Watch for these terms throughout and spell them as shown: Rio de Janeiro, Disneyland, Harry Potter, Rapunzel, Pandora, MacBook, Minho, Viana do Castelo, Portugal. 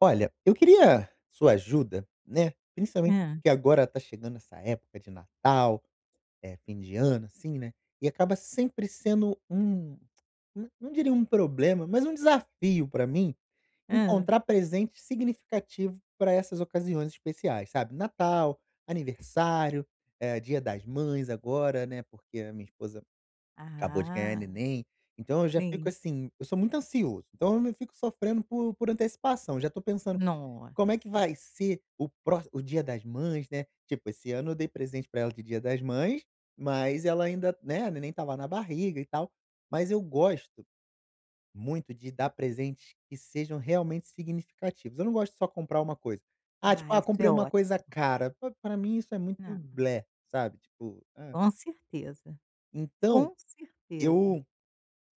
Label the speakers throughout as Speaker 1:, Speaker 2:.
Speaker 1: Olha, eu queria sua ajuda, né, principalmente
Speaker 2: Hã,
Speaker 1: porque agora tá chegando essa época de Natal, fim de ano, assim, né, e acaba sempre sendo um, não, não diria um problema, mas um desafio pra mim,
Speaker 2: hã.
Speaker 1: encontrar presente significativo para essas ocasiões especiais, sabe. Natal, aniversário, Dia das Mães agora, né, porque a minha esposa acabou de ganhar
Speaker 2: Ah,
Speaker 1: neném, então eu já fico
Speaker 2: sim.
Speaker 1: assim, eu sou muito ansioso, então eu fico sofrendo por antecipação, já tô pensando como é que
Speaker 2: Nossa.
Speaker 1: vai ser o Dia das Mães, né. Tipo, esse ano eu dei presente pra ela de Dia das Mães, mas ela ainda, né, nem tava na barriga e tal. Mas eu gosto muito de dar presentes que sejam realmente significativos. Eu não gosto de só comprar uma coisa. Ah, tipo:
Speaker 2: Ah,
Speaker 1: "Ah,
Speaker 2: isso
Speaker 1: comprei
Speaker 2: é
Speaker 1: uma coisa
Speaker 2: ótimo.
Speaker 1: cara", pa pra mim isso é muito
Speaker 2: Não,
Speaker 1: blé, sabe, tipo, ah.
Speaker 2: com certeza,
Speaker 1: Então
Speaker 2: com certeza,
Speaker 1: eu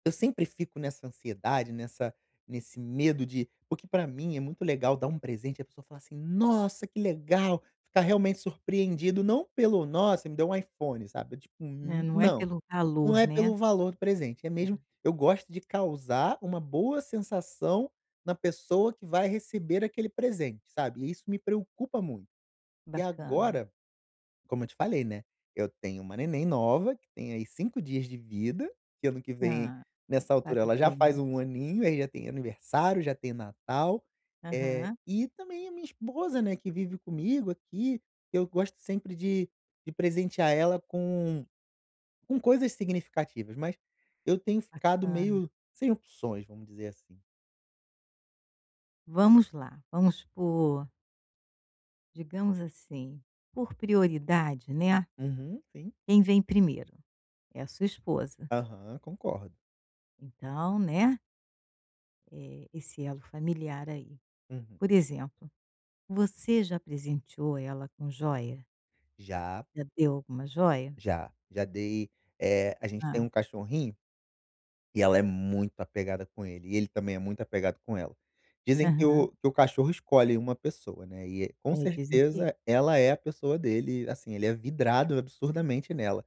Speaker 1: eu sempre fico nessa ansiedade, nessa nesse medo, de porque pra mim é muito legal dar um presente e a pessoa falar assim: "Nossa, que legal!", ficar realmente surpreendido, não pelo: "Nossa, me deu um iPhone", sabe, tipo,
Speaker 2: né, não é
Speaker 1: não,
Speaker 2: pelo
Speaker 1: não
Speaker 2: valor,
Speaker 1: é
Speaker 2: né.
Speaker 1: pelo valor do presente, é mesmo, eu gosto de causar uma boa sensação na pessoa que vai receber aquele presente, sabe, e isso me preocupa muito. E
Speaker 2: Bacana.
Speaker 1: agora, como eu te falei, né, eu tenho uma neném nova, que tem aí 5 dias de vida, que ano que vem,
Speaker 2: Hã,
Speaker 1: nessa altura, ela já faz um
Speaker 2: parabéns.
Speaker 1: aninho, aí já tem aniversário, já tem Natal. é
Speaker 2: Aham,
Speaker 1: e também a minha esposa, né, que vive comigo aqui, eu gosto sempre de presentear ela com coisas significativas, mas eu tenho ficado
Speaker 2: bacana.
Speaker 1: meio sem opções, vamos dizer assim.
Speaker 2: Vamos lá, vamos por, digamos assim, por prioridade, né,
Speaker 1: Uhum, sim.
Speaker 2: quem vem primeiro? É a sua esposa.
Speaker 1: Aham, concordo.
Speaker 2: Então, né, esse elo familiar aí.
Speaker 1: Uhum.
Speaker 2: Por exemplo, você já presenteou ela com joia?
Speaker 1: Já,
Speaker 2: Já deu alguma joia?
Speaker 1: já, já dei. A gente tem
Speaker 2: Hã.
Speaker 1: um cachorrinho. E ela é muito apegada com ele, e ele também é muito apegado com ela. Dizem
Speaker 2: Aham.
Speaker 1: que o cachorro escolhe uma pessoa, né, e com
Speaker 2: É, dizem que...
Speaker 1: certeza ela é a pessoa dele, assim, ele é vidrado absurdamente nela.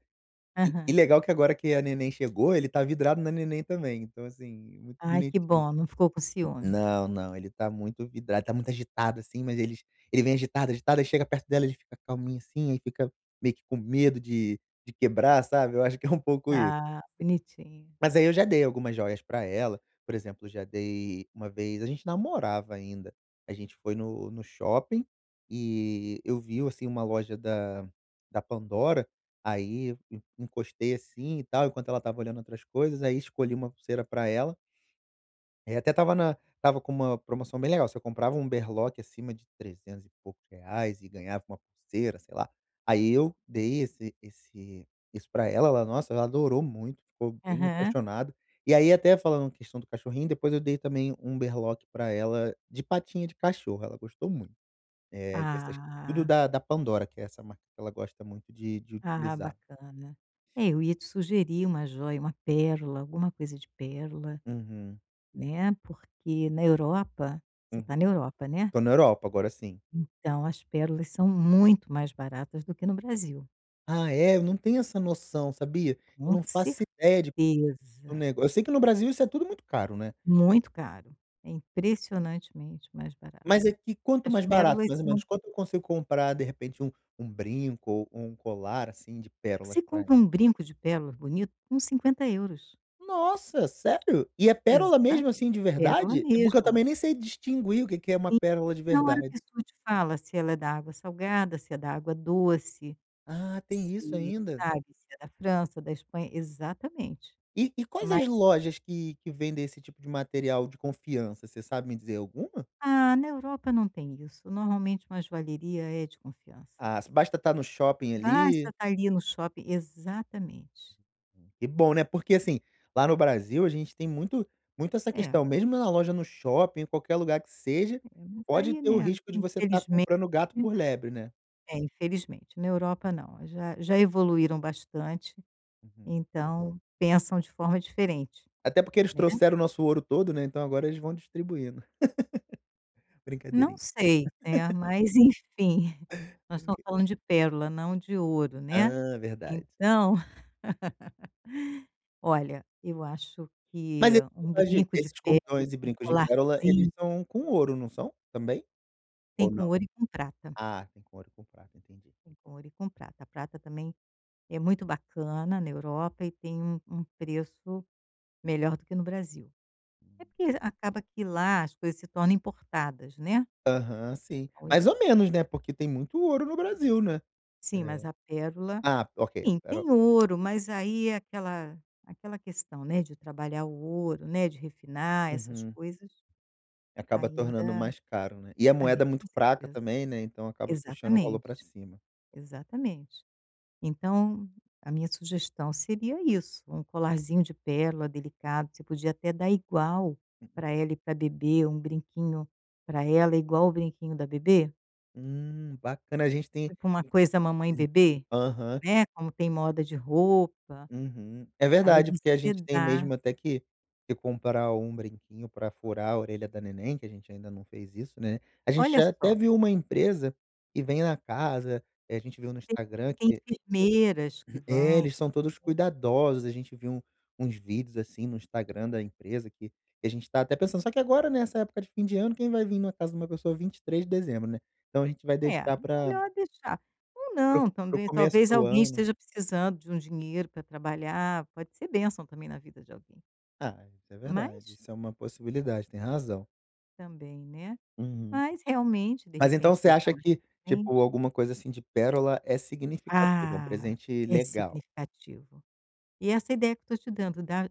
Speaker 1: E
Speaker 2: Aham.
Speaker 1: legal que agora que a neném chegou, ele tá vidrado na neném também, então assim, muito
Speaker 2: Ai, que
Speaker 1: bonitinho.
Speaker 2: bom, não ficou com ciúme.
Speaker 1: Não, não, ele tá muito vidrado, tá muito agitado, assim, mas ele vem agitado, agitado, aí chega perto dela, ele fica calminho assim, aí fica meio que com medo de quebrar, sabe, eu acho que é um pouco isso.
Speaker 2: Ah, bonitinho.
Speaker 1: Mas aí eu já dei algumas joias pra ela, por exemplo, já dei uma vez, a gente namorava ainda, a gente foi no shopping, e eu vi, assim, uma loja da Pandora, aí en encostei assim e tal, enquanto ela tava olhando outras coisas, aí escolhi uma pulseira pra ela. É, até tava com uma promoção bem legal, você comprava um berlock acima de 300 e poucos reais e ganhava uma pulseira, sei lá. Aí eu dei esse esse isso pra ela, ela, nossa, ela adorou muito, ficou bem
Speaker 2: Aham.
Speaker 1: apaixonada. E aí, até falando questão do cachorrinho, depois eu dei também um berlock pra ela de patinha de cachorro, ela gostou muito. É, dessas, tudo
Speaker 2: Ah,
Speaker 1: da Pandora, que é essa marca que ela gosta muito de
Speaker 2: ah,
Speaker 1: utilizar.
Speaker 2: bacana. É, eu ia te sugerir uma joia, uma pérola, alguma coisa de pérola,
Speaker 1: Uhum,
Speaker 2: né, porque na Europa você
Speaker 1: uhum.
Speaker 2: está na Europa, né,
Speaker 1: Tô na Europa agora, sim.
Speaker 2: então as pérolas são muito mais baratas do que no Brasil,
Speaker 1: Ah é? Eu não tenho essa noção, sabia? Eu não
Speaker 2: com
Speaker 1: faço ideia. O
Speaker 2: certeza.
Speaker 1: nego, eu sei que no Brasil isso é tudo muito caro, né,
Speaker 2: Muito caro. É impressionantemente mais barato.
Speaker 1: mas aqui quanto
Speaker 2: As
Speaker 1: mais barato,
Speaker 2: pérolas
Speaker 1: mais ou
Speaker 2: são...
Speaker 1: menos, quanto eu consigo comprar, de repente, um brinco ou um colar, assim, de pérolas
Speaker 2: Você
Speaker 1: pra
Speaker 2: compra
Speaker 1: ela?
Speaker 2: um brinco de pérolas bonito com 50 euros?
Speaker 1: Nossa, sério? E é pérola
Speaker 2: Exa
Speaker 1: mesmo, assim, de
Speaker 2: pérola
Speaker 1: verdade? É porque eu
Speaker 2: mesmo.
Speaker 1: também nem sei distinguir o que que é uma
Speaker 2: Sim.
Speaker 1: pérola de
Speaker 2: Na hora a
Speaker 1: verdade.
Speaker 2: pessoa te fala se ela é da água salgada, se é da água doce,
Speaker 1: Ah, tem isso
Speaker 2: se
Speaker 1: ainda?
Speaker 2: sabe, se é da França, da Espanha exatamente.
Speaker 1: E quais
Speaker 2: Mas,
Speaker 1: as lojas que vendem esse tipo de material de confiança, você sabe me dizer alguma?
Speaker 2: ah, na Europa não tem isso, normalmente uma joalheria é de confiança.
Speaker 1: Ah, basta estar no shopping
Speaker 2: Basta
Speaker 1: ali.
Speaker 2: estar ali no shopping, exatamente.
Speaker 1: Que bom, né, porque assim, lá no Brasil a gente tem muito, muito essa
Speaker 2: É, é,
Speaker 1: questão, mesmo na loja, no shopping, em qualquer lugar que seja,
Speaker 2: mas
Speaker 1: pode
Speaker 2: aí,
Speaker 1: ter o
Speaker 2: né,
Speaker 1: risco de você estar
Speaker 2: infelizmente
Speaker 1: comprando gato por lebre, né.
Speaker 2: é, infelizmente, na Europa não, já já evoluíram bastante.
Speaker 1: Uhum.
Speaker 2: Então, pensam de forma diferente,
Speaker 1: Até porque eles
Speaker 2: né.
Speaker 1: trouxeram o nosso ouro todo, né, então agora eles vão distribuindo.
Speaker 2: Não
Speaker 1: Brincadeirinha,
Speaker 2: sei, né, mas enfim, nós estamos
Speaker 1: brinca
Speaker 2: falando de pérola, não de ouro, né.
Speaker 1: ah, verdade.
Speaker 2: Então, olha, eu acho que
Speaker 1: Mas
Speaker 2: um brinco de
Speaker 1: esses
Speaker 2: pérola,
Speaker 1: cordões e
Speaker 2: um
Speaker 1: brincos de pérola, eles
Speaker 2: colarzinho,
Speaker 1: são com ouro, não são? Também?
Speaker 2: tem
Speaker 1: Ou
Speaker 2: com
Speaker 1: não?
Speaker 2: ouro e com prata,
Speaker 1: Ah, tem com ouro e com prata, entendi.
Speaker 2: tem com ouro e com prata. A prata também é muito bacana na Europa e tem um preço melhor do que no Brasil. É porque acaba que lá as coisas se tornam importadas, né.
Speaker 1: Aham, sim.
Speaker 2: Então
Speaker 1: Mais
Speaker 2: impor
Speaker 1: ou menos, né, porque tem muito ouro no Brasil, né.
Speaker 2: Sim, mas
Speaker 1: É.
Speaker 2: a pérola...
Speaker 1: Ah, ok, a
Speaker 2: Sim,
Speaker 1: pérola.
Speaker 2: tem ouro, mas aí é aquela questão, né, de trabalhar o ouro, né, de refinar essas
Speaker 1: Uhum.
Speaker 2: coisas,
Speaker 1: Acaba tornando
Speaker 2: ainda
Speaker 1: mais caro, né. E a
Speaker 2: ah, é,
Speaker 1: moeda é muito
Speaker 2: com
Speaker 1: fraca
Speaker 2: certeza.
Speaker 1: também, né, então acaba puxando o valor para
Speaker 2: Exatamente,
Speaker 1: cima.
Speaker 2: exatamente. Então, a minha sugestão seria isso, um colarzinho de pérola delicado, você podia até dar igual para ela e para bebê, um brinquinho para ela igual o brinquinho da bebê,
Speaker 1: Bacana, a gente tem,
Speaker 2: tipo uma coisa mamãe e bebê,
Speaker 1: aham,
Speaker 2: né, como tem moda de roupa,
Speaker 1: uhum. É
Speaker 2: aí
Speaker 1: verdade, porque a
Speaker 2: você
Speaker 1: gente tem
Speaker 2: dá,
Speaker 1: mesmo até que comprar um brinquinho para furar a orelha da neném, que a gente ainda não fez isso, né. A gente
Speaker 2: olha
Speaker 1: já
Speaker 2: só.
Speaker 1: até viu uma empresa que vem na casa, a gente viu no
Speaker 2: Tem,
Speaker 1: Instagram
Speaker 2: tem
Speaker 1: que...
Speaker 2: enfermeiras que
Speaker 1: É,
Speaker 2: vão.
Speaker 1: eles são todos cuidadosos, a gente viu uns vídeos, assim, no Instagram da empresa que a gente tá até pensando, só que agora nessa época de fim de ano, quem vai vir na casa de uma pessoa 23 de dezembro, né. Então a gente vai
Speaker 2: É,
Speaker 1: deixar
Speaker 2: melhor deixar. Ou
Speaker 1: para o
Speaker 2: não,
Speaker 1: para o
Speaker 2: também
Speaker 1: começo
Speaker 2: talvez
Speaker 1: do
Speaker 2: alguém
Speaker 1: ano.
Speaker 2: esteja precisando de um dinheiro para trabalhar, pode ser bênção também na vida de alguém.
Speaker 1: Ah, isso é verdade,
Speaker 2: Mas
Speaker 1: isso é uma possibilidade, tem razão.
Speaker 2: também, né,
Speaker 1: Uhum.
Speaker 2: mas realmente, de
Speaker 1: Mas então,
Speaker 2: repente,
Speaker 1: você
Speaker 2: deixar
Speaker 1: acha
Speaker 2: mais pra
Speaker 1: que, tipo,
Speaker 2: frente.
Speaker 1: alguma coisa assim de pérola é significativa, é um
Speaker 2: Ah,
Speaker 1: presente
Speaker 2: é
Speaker 1: legal?
Speaker 2: significativo. E essa ideia que eu estou te dando, dá,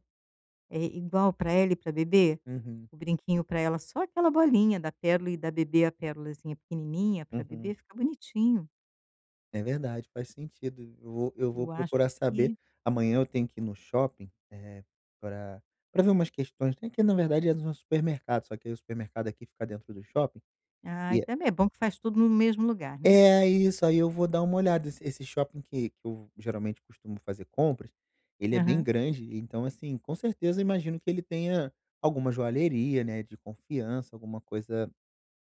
Speaker 2: é igual para ela e para bebê,
Speaker 1: Uhum,
Speaker 2: o brinquinho para ela, só aquela bolinha da pérola e da bebê a pérolazinha pequenininha, para bebê
Speaker 1: uhum.
Speaker 2: fica bonitinho.
Speaker 1: É verdade, faz sentido. Eu vou
Speaker 2: Eu acho
Speaker 1: procurar saber.
Speaker 2: que...
Speaker 1: Amanhã eu tenho que ir no shopping, para pra ver umas questões. Tem que, na verdade, é no supermercado, só que aí o supermercado aqui fica dentro do shopping,
Speaker 2: Ah, e
Speaker 1: e
Speaker 2: também é bom que faz tudo no mesmo lugar, né.
Speaker 1: é isso, aí eu vou dar uma olhada. Esse shopping que eu geralmente costumo fazer compras, ele é bem
Speaker 2: Aham.
Speaker 1: grande, então assim, com certeza imagino que ele tenha alguma joalheria, né, de confiança, alguma coisa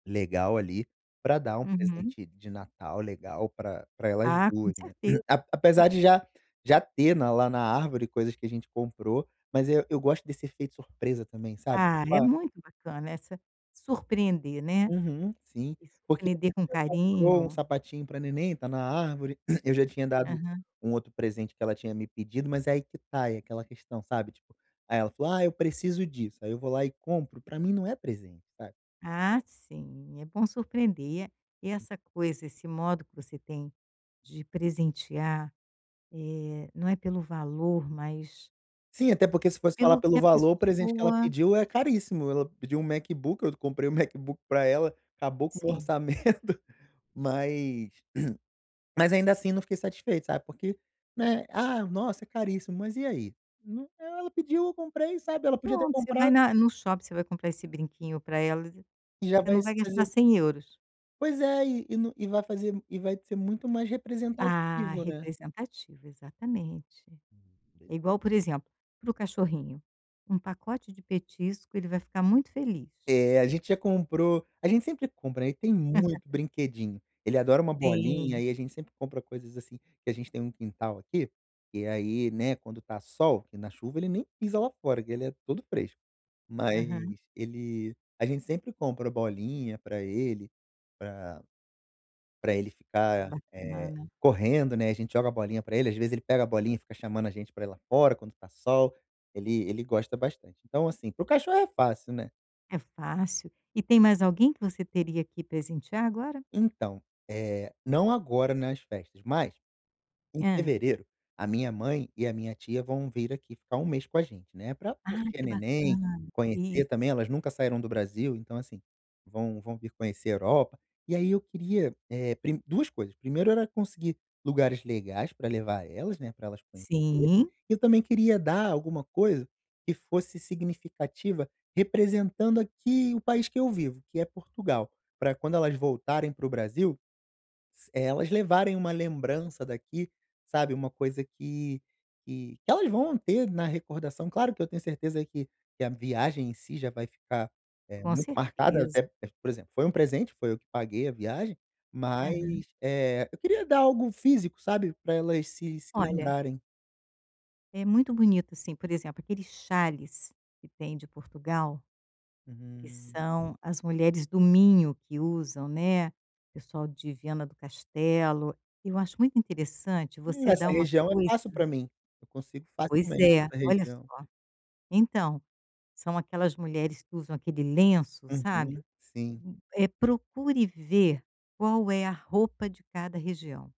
Speaker 1: legal ali, pra dar um
Speaker 2: Uhum.
Speaker 1: presente de Natal legal pra pra elas
Speaker 2: Ah, com
Speaker 1: duas, né.
Speaker 2: certeza.
Speaker 1: A apesar de já ter na lá na árvore coisas que a gente comprou, mas eu gosto desse efeito surpresa também, sabe.
Speaker 2: Ah,
Speaker 1: Tipo,
Speaker 2: é muito bacana essa surpreender, né,
Speaker 1: uhum, sim,
Speaker 2: e
Speaker 1: porque
Speaker 2: surpreender com
Speaker 1: já comprou um
Speaker 2: carinho.
Speaker 1: sapatinho pra neném, tá na árvore, eu já tinha dado
Speaker 2: Aham.
Speaker 1: um outro presente que ela tinha me pedido, mas é aí que tá, é aquela questão, sabe, tipo, aí ela falou: "Ah, eu preciso disso", aí eu vou lá e compro, pra mim não é presente, sabe.
Speaker 2: Ah, sim, é bom surpreender. E essa coisa, esse modo que você tem de presentear, não é pelo valor, mas
Speaker 1: Sim, até porque se fosse falar
Speaker 2: pelo que
Speaker 1: pelo
Speaker 2: a
Speaker 1: valor, o presente que ela
Speaker 2: pessoa...
Speaker 1: pediu é caríssimo. Ela pediu um MacBook, eu comprei um MacBook pra ela, acabou com o meu
Speaker 2: sim.
Speaker 1: orçamento, mas mas ainda assim não fiquei satisfeito, sabe, porque, né, "Ah, nossa, é caríssimo", mas e aí? Não, ela pediu, eu comprei, sabe, ela podia ter
Speaker 2: Pronto, você vai
Speaker 1: comprado
Speaker 2: na no shopping, você vai comprar esse brinquinho para ela, você
Speaker 1: e já vai
Speaker 2: não
Speaker 1: se
Speaker 2: vai gastar
Speaker 1: fazer.
Speaker 2: 100 euros.
Speaker 1: Pois é, e não, e vai ser muito mais
Speaker 2: Ah,
Speaker 1: representativo,
Speaker 2: representativo, exatamente.
Speaker 1: né.
Speaker 2: É igual, por exemplo, para o cachorrinho, um pacote de petisco, ele vai ficar muito feliz.
Speaker 1: É, a gente sempre compra, né, ele tem muito brinquedinho. Ele adora uma
Speaker 2: Tem.
Speaker 1: bolinha e a gente sempre compra coisas assim, que a gente tem um quintal aqui, e aí, né, quando tá sol, que na chuva ele nem pisa lá fora, que ele é todo fresco.
Speaker 2: Aham.
Speaker 1: Mas ele a gente sempre compra bolinha pra ele, pra pra ele ficar,
Speaker 2: Bacana.
Speaker 1: correndo, né, a gente joga a bolinha pra ele, às vezes ele pega a bolinha e fica chamando a gente pra ir lá fora quando tá sol, ele gosta bastante. Então assim, pro cachorro é fácil, né.
Speaker 2: É fácil. E tem mais alguém que você teria que presentear agora?
Speaker 1: Então, não agora nas festas, mas em
Speaker 2: Hã.
Speaker 1: fevereiro, a minha mãe e a minha tia vão vir aqui ficar um mês com a gente, né, pra
Speaker 2: Ah,
Speaker 1: curtir a
Speaker 2: que
Speaker 1: neném,
Speaker 2: bacana.
Speaker 1: conhecer também,
Speaker 2: Isso.
Speaker 1: elas nunca saíram do Brasil, então assim, vão vir conhecer a Europa. E aí eu queria, eh, prim duas coisas: primeiro, era conseguir lugares legais para levar elas, né, para elas conhecerem,
Speaker 2: Sim,
Speaker 1: e eu também queria dar alguma coisa que fosse significativa, representando aqui o país que eu vivo, que é Portugal, para quando elas voltarem para o Brasil, é, elas levarem uma lembrança daqui, sabe, uma coisa que elas vão ter na recordação. Claro que eu tenho certeza que a viagem em si já vai ficar, eh,
Speaker 2: com
Speaker 1: muito marcada,
Speaker 2: certeza.
Speaker 1: até é, por exemplo, foi um presente, foi eu que paguei a viagem,
Speaker 2: Aham.
Speaker 1: mas, eu queria dar algo físico, sabe, para elas se
Speaker 2: Olha,
Speaker 1: lembrarem.
Speaker 2: é muito bonito, assim, por exemplo, aqueles chales que tem de Portugal. Que
Speaker 1: Uhum.
Speaker 2: são as mulheres do Minho que usam, né, pessoal de Viana do Castelo. Eu acho muito interessante você
Speaker 1: Essa
Speaker 2: dar uma... Hum,
Speaker 1: região é
Speaker 2: coisa...
Speaker 1: fácil para mim, eu consigo
Speaker 2: pois
Speaker 1: facilmente
Speaker 2: é,
Speaker 1: essa
Speaker 2: olha
Speaker 1: região.
Speaker 2: só. Então, são aquelas mulheres que usam aquele lenço, sabe.
Speaker 1: Uhum, sim.
Speaker 2: É, procure ver qual é a roupa de cada região.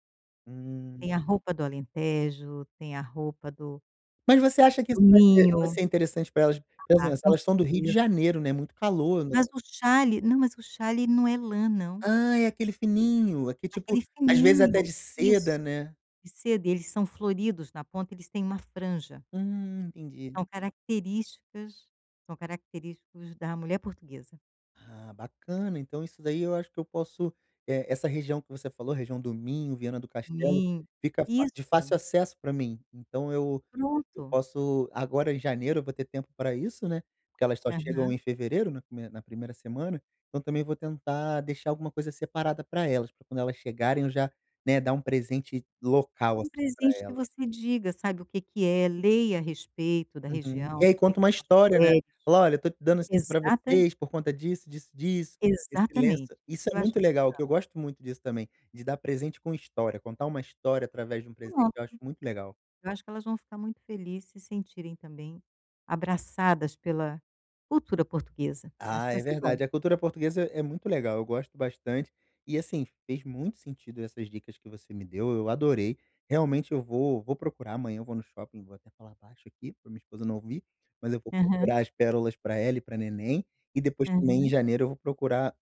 Speaker 1: Hum.
Speaker 2: Tem a roupa do Alentejo, tem a roupa do
Speaker 1: Mas você acha que
Speaker 2: do
Speaker 1: isso vai
Speaker 2: Minho,
Speaker 1: ser interessante pra elas? Pensa
Speaker 2: ah,
Speaker 1: nessa,
Speaker 2: com
Speaker 1: elas são do Rio de
Speaker 2: certeza.
Speaker 1: Janeiro, né, muito calor, né.
Speaker 2: Mas o chale não, mas o chale não é lã não,
Speaker 1: Ah, é aquele fininho, aqui tipo,
Speaker 2: aquele
Speaker 1: às vezes até
Speaker 2: fininho.
Speaker 1: de seda,
Speaker 2: Isso.
Speaker 1: né.
Speaker 2: De seda, e eles são floridos na ponta, eles têm uma franja.
Speaker 1: Entendi.
Speaker 2: São características são característicos da mulher portuguesa.
Speaker 1: Ah, bacana. Então isso daí eu acho que eu posso, essa região que você falou, região do Minho, Viana do Castelo,
Speaker 2: Sim,
Speaker 1: fica fa de
Speaker 2: isso,
Speaker 1: fácil acesso para mim. Então eu
Speaker 2: pronto.
Speaker 1: posso, agora em janeiro eu vou ter tempo para isso, né, porque elas só chegam
Speaker 2: Aham.
Speaker 1: em fevereiro, na prime na primeira semana, então também vou tentar deixar alguma coisa separada para elas, para quando elas chegarem eu já, né, dar um presente local,
Speaker 2: E um
Speaker 1: assim, pra
Speaker 2: presente que
Speaker 1: elas.
Speaker 2: você diga, sabe, o que que é, leia a respeito da
Speaker 1: Uhum. E
Speaker 2: região,
Speaker 1: aí
Speaker 2: como é
Speaker 1: conta
Speaker 2: que
Speaker 1: uma
Speaker 2: são as
Speaker 1: história, né.
Speaker 2: mulheres.
Speaker 1: Fala: "Olha, eu tô dando isso aqui pra
Speaker 2: Exata
Speaker 1: vocês por conta disso, disso, disso, esse
Speaker 2: exatamente.
Speaker 1: lenço".
Speaker 2: Isso
Speaker 1: Isso
Speaker 2: que eu
Speaker 1: é
Speaker 2: acho
Speaker 1: muito
Speaker 2: mais,
Speaker 1: legal, que eu gosto muito disso também, de dar presente com história, contar uma história através de um presente, eu
Speaker 2: pronto,
Speaker 1: acho muito legal.
Speaker 2: eu acho que elas vão ficar muito felizes, se sentirem também abraçadas pela cultura portuguesa. Acho que
Speaker 1: Ah,
Speaker 2: vai
Speaker 1: é
Speaker 2: ser bom.
Speaker 1: verdade, a cultura portuguesa é muito legal, eu gosto bastante. E assim, fez muito sentido essas dicas que você me deu, eu adorei. Realmente eu vou procurar, amanhã eu vou no shopping, vou até falar baixo aqui para minha esposa não ouvir, mas eu vou
Speaker 2: Aham,
Speaker 1: procurar as pérolas para ela e para neném, e depois
Speaker 2: aham.
Speaker 1: também em janeiro eu vou procurar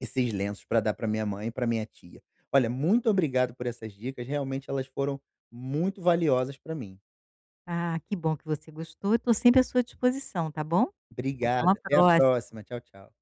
Speaker 1: esses lenços para dar para minha mãe e para minha tia. Olha, muito obrigado por essas dicas, realmente elas foram muito valiosas para mim.
Speaker 2: Ah, que bom que você gostou. Eu estou sempre à sua disposição, tá bom? Até
Speaker 1: Obrigado,
Speaker 2: uma
Speaker 1: até a
Speaker 2: próxima.
Speaker 1: próxima. Tchau, tchau.